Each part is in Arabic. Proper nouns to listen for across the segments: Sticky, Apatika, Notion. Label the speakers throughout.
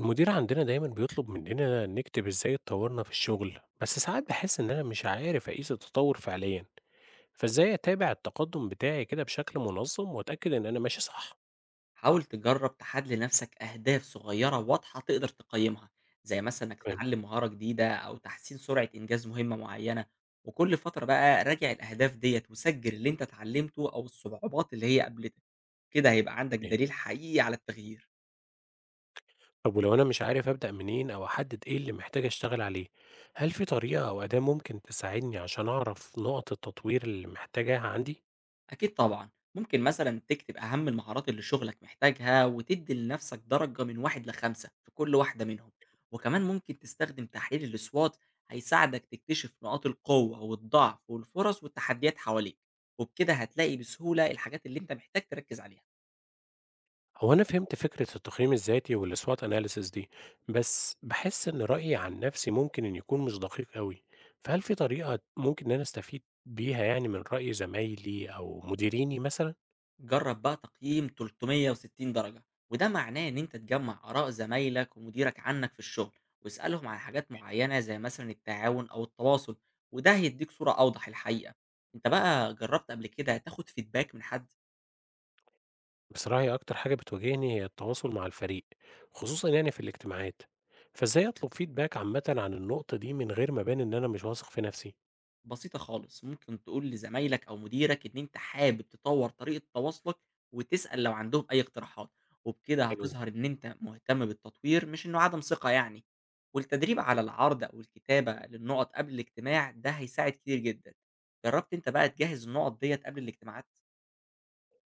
Speaker 1: المدير عندنا دايما بيطلب مننا نكتب ازاي اتطورنا في الشغل، بس ساعات بحس ان انا مش عارف اقيس التطور فعليا. فازاي اتابع التقدم بتاعي كده بشكل منظم واتاكد ان انا ماشي صح؟
Speaker 2: حاول تجرب تحدد لنفسك أهداف صغيرة واضحة تقدر تقيمها، زي مثلا إنك
Speaker 1: تمام
Speaker 2: تتعلم مهارة جديدة أو تحسين سرعة إنجاز مهمة معينة. وكل فترة بقى راجع الأهداف ديت وسجل اللي أنت اتعلمته أو الصعوبات اللي هي قابلتك. كده هيبقى عندك
Speaker 1: تمام.
Speaker 2: دليل حقيقي على التغيير.
Speaker 1: طب ولو انا مش عارف ابدا منين او احدد ايه اللي محتاج اشتغل عليه، هل في طريقة او اداة ممكن تساعدني عشان اعرف نقط التطوير اللي محتاجاها عندي؟
Speaker 2: أكيد طبعًا، ممكن مثلًا تكتب أهم المهارات اللي شغلك محتاجها وتدي لنفسك درجة من 1 ل5 في كل واحدة منهم، وكمان ممكن تستخدم تحليل الSWOT. هيساعدك تكتشف نقاط القوة والضعف والفرص والتحديات حواليك، وبكده هتلاقي بسهولة الحاجات اللي أنت محتاج تركز عليها.
Speaker 1: هو أنا فهمت فكرة التقييم الذاتي والSWOT analysis دي، بس باحس إن رأيي عن نفسي ممكن إن يكون مش دقيق أوي، فهل في طريقة ممكن إن أنا أستفيد بيها يعني من رأي زمايلي أو مديريني مثلًا؟
Speaker 2: جرب بقى تقييم 360 درجة، وده معناه ان انت تجمع اراء زمايلك ومديرك عنك في الشغل، واسألهم عن حاجات معينة زي مثلا التعاون او التواصل. وده هيديك صورة اوضح الحقيقة. انت بقى جربت قبل كده تاخد فيدباك من حد؟
Speaker 1: بصراحة هي أكتر حاجة بتواجهني هي التواصل مع الفريق، خصوصًا يعني في الاجتماعات، فإزاي أطلب فيدباك عامةً عن النقطة دي من غير ما أبان إن أنا مش واثق في نفسي؟
Speaker 2: بسيطة خالص، ممكن تقول لزمايلك أو مديرك إن أنت حابب تطوّر طريقة تواصلك، وتسأل لو عندهم أي اقتراحات، وبكده
Speaker 1: حلو ده.
Speaker 2: هتظهر إن أنت مهتم بالتطوير مش إنه عدم ثقة يعني، والتدريب على العرض أو الكتابة للنقط قبل الاجتماع ده هيساعد كتير جدًا. جرّبت أنت بقى تجهّز النقط ديّة قبل الاجتماعات؟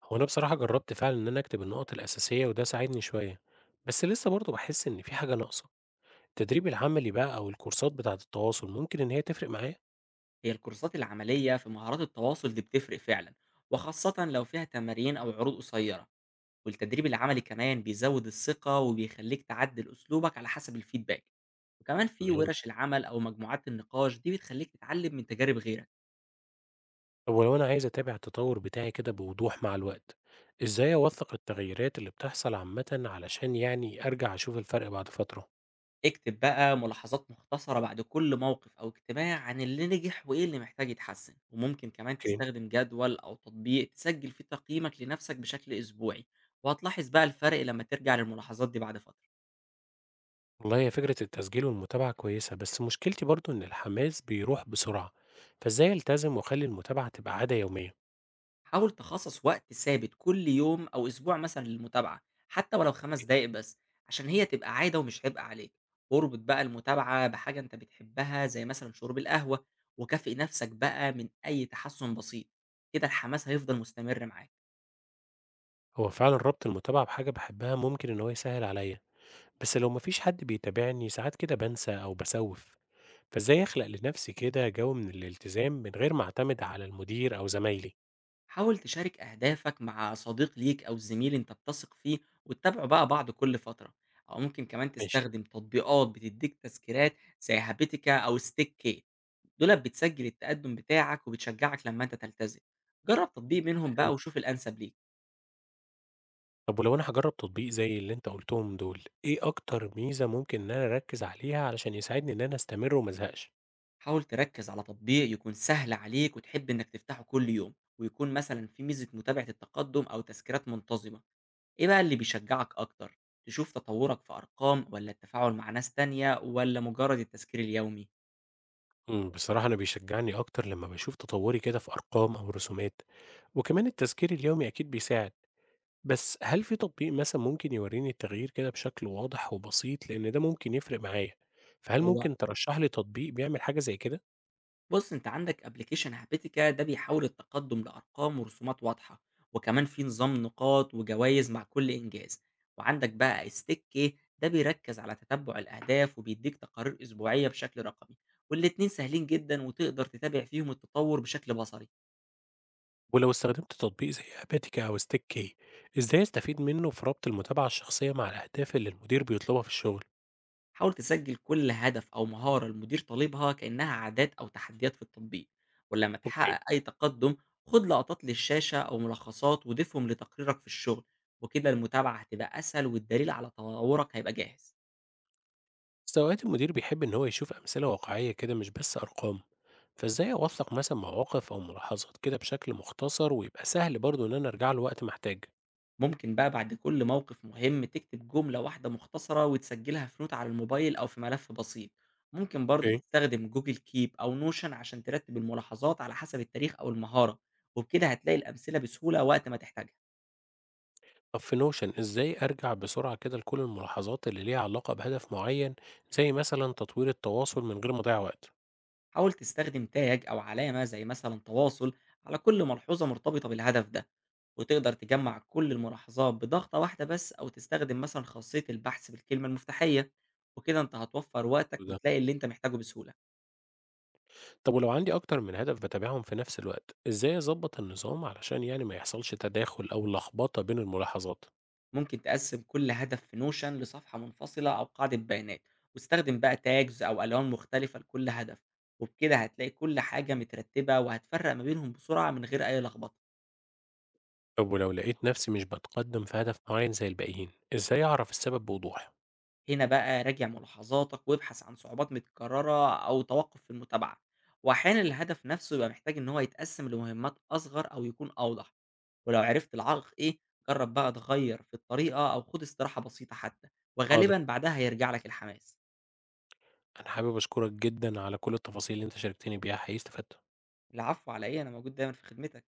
Speaker 1: هو أنا بصراحة جربت فعلًا إن أنا أكتب النقط الأساسية وده ساعدني شوية، بس لسه برضه باحس إن في حاجة ناقصة. التدريب العملي بقى أو الكورسات بتاعة التواصل ممكن إن هي تفرق معايا؟
Speaker 2: هي الكورسات العملية في مهارات التواصل دي بتفرق فعلًا، وخاصةً لو فيها تمارين أو عروض قصيرة. والتدريب العملي كمان بيزود الثقة وبيخليك تعدل أسلوبك على حسب الفيدباك. وكمان في
Speaker 1: تمام.
Speaker 2: ورش العمل أو مجموعات النقاش دي بتخليك تتعلم من تجارب غيرك.
Speaker 1: طب ولو أنا عايز أتابع التطور بتاعي كده بوضوح مع الوقت، إزاي أوثق التغييرات اللي بتحصل عامةً علشان يعني أرجع أشوف الفرق بعد فترة؟
Speaker 2: اكتب بقى ملاحظات مختصرة بعد كل موقف أو اجتماع عن اللي نجح وإيه اللي محتاج يتحسن، وممكن كمان
Speaker 1: أوكي.
Speaker 2: تستخدم جدول أو تطبيق تسجل فيه تقييمك لنفسك بشكل أسبوعي. وهتلاحظ بقى الفرق لما ترجع للملاحظات دي بعد فترة.
Speaker 1: والله هي فكرة التسجيل والمتابعة كويسة، بس مشكلتي برضو إن الحماس بيروح بسرعة، فإزاي ألتزم وأخلي المتابعة تبقى عادة يومية؟
Speaker 2: حاول تخصص وقت ثابت كل يوم أو أسبوع مثلًا للمتابعة، حتى ولو 5 دقايق بس، عشان هي تبقى عادة ومش عبء عليك. واربط بقى المتابعة بحاجة أنت بتحبها زي مثلًا شرب القهوة، وكافئ نفسك بقى من أي تحسن بسيط، كده الحماس هيفضل مستمر معاك.
Speaker 1: هو فعلا ربط المتابعة بحاجة بحبها ممكن إن هو يسهل عليا، بس لو مفيش حد بيتابعني ساعات كده بنسى أو بسوف، فإزاي أخلق لنفسي كده جو من الالتزام من غير ما أعتمد على المدير أو زمايلي؟
Speaker 2: حاول تشارك أهدافك مع صديق ليك أو زميل أنت بتثق فيه، وتتابعوا بقى بعض كل فترة، أو ممكن كمان
Speaker 1: ماشي.
Speaker 2: تستخدم تطبيقات بتديك تذكيرات زي هابيتيكا أو ستيك. دولاب بتسجل التقدم بتاعك وبتشجعك لما انت تلتزم. جرب تطبيق منهم
Speaker 1: آمم،
Speaker 2: بقى وشوف الانسب ليك.
Speaker 1: طب ولو أنا هاجرّب تطبيق زي اللي أنت قُلتهم دول، إيه أكتر ميزة ممكن إن أنا أركّز عليها علشان يساعدني إن أنا أستمر وما أزهقش؟
Speaker 2: حاول تركز على تطبيق يكون سهل عليك وتحب انك تفتحه كل يوم، ويكون مثلا في ميزه متابعه التقدم او تذكيرات منتظمه. ايه بقى اللي بيشجعك اكتر؟ تشوف تطورك في ارقام ولا التفاعل مع ناس تانية ولا مجرد التذكير اليومي؟
Speaker 1: بصراحة أنا بيشجّعني أكتر لمّا باشوف تطوّري كده في أرقام أو رسومات، وكمان التذكير اليومي أكيد بيساعد، بس هل في تطبيق مثلًا ممكن يورّيني التغيير كده بشكل واضح وبسيط؟ لإن ده ممكن يفرق معايا، فهل
Speaker 2: هو
Speaker 1: ممكن ترشّح لي تطبيق بيعمل حاجة زي كده؟
Speaker 2: بُص أنت عندك أبلكيشن هابيتيكا ده بيحول التقدم لأرقام ورسومات واضحة، وكمان في نظام نقاط وجوايز مع كل إنجاز، وعندك بقى استيكي ده بيركز على تتبع الأهداف وبيديك تقارير أسبوعية بشكل رقمي، والاتنين سهلين جدًا وتقدر تتابع فيهم التطور بشكل بصري.
Speaker 1: ولو استخدمت تطبيق زي أباتيكا أو ستيكي، إزاي أستفيد منه في ربط المتابعة الشخصية مع الأهداف اللي المدير بيطلبها في الشغل؟
Speaker 2: حاول تسجل كل هدف أو مهارة المدير طالبها كأنها عادات أو تحديات في التطبيق، ولما
Speaker 1: اوكي.
Speaker 2: تحقق أي تقدم خد لقطات للشاشة أو ملخصات وضيفهم لتقريرك في الشغل. وكده المتابعة هتبقى أسهل والدليل على تطورك هيبقى جاهز.
Speaker 1: بس أوقات المدير بيحب إن هو يشوف أمثلة واقعية كده مش بس أرقام، فإزاي أوثق مثلا مواقف أو ملاحظات كده بشكل مختصر ويبقى سهل برضه إن أنا أرجع له وقت ما أحتاج؟
Speaker 2: ممكن بقى بعد كل موقف مهم تكتب جملة واحدة مختصرة وتسجلها في نوت على الموبايل أو في ملف بسيط. ممكن برضه
Speaker 1: اوكي.
Speaker 2: تستخدم جوجل كيب أو نوشن عشان ترتب الملاحظات على حسب التاريخ أو المهارة. وبكده هتلاقي الأمثلة بسهولة وقت ما تحتاجها.
Speaker 1: طب في نوشن إزاي أرجع بسرعة كده لكل الملاحظات اللي ليها علاقة بهدف معين، زي مثلا تطوير التواصل، من غير ما أضيع وقت؟
Speaker 2: حاول تستخدم تاج أو علامة زي مثلا تواصل على كل ملحوظة مرتبطة بالهدف ده، وتقدر تجمع كل الملاحظات بضغطة واحدة بس، أو تستخدم مثلا خاصية البحث بالكلمة المفتاحية. وكده أنت هتوفر وقتك وتلاقي اللي أنت محتاجه بسهولة.
Speaker 1: طب ولو عندي أكتر من هدف باتابعهم في نفس الوقت، إزاي أضبط النظام علشان يعني ما يحصلش تداخل أو لخبطة بين الملاحظات؟
Speaker 2: ممكن تقسم كل هدف في نوشن لصفحة منفصلة أو قاعدة بيانات، وتستخدم بقى تاجز أو ألوان مختلفة لكل هدف. وبكده هتلاقي كل حاجة مترتبة وهتفرق ما بينهم بسرعة من غير أي لخبطة.
Speaker 1: طب ولو لقيت نفسي مش باتقدم في هدف معين زي الباقيين، إزاي أعرف السبب بوضوح؟
Speaker 2: هنا بقى راجع ملاحظاتك وابحث عن صعوبات متكررة أو توقف في المتابعة. وأحيانا الهدف نفسه يبقى محتاج إن هو يتقسم لمهمات أصغر أو يكون أوضح. ولو عرفت العائق إيه، جرب بقى تغير في الطريقة أو خد استراحة بسيطة حتى،
Speaker 1: حاضر،
Speaker 2: وغالبا بعدها هيرجع لك الحماس.
Speaker 1: أنا حابب أشكرك جدا على كل التفاصيل اللي أنت شاركتني بيها، حقيقي استفدت.
Speaker 2: العفو، على إيه؟ أنا موجود دايما في خدمتك.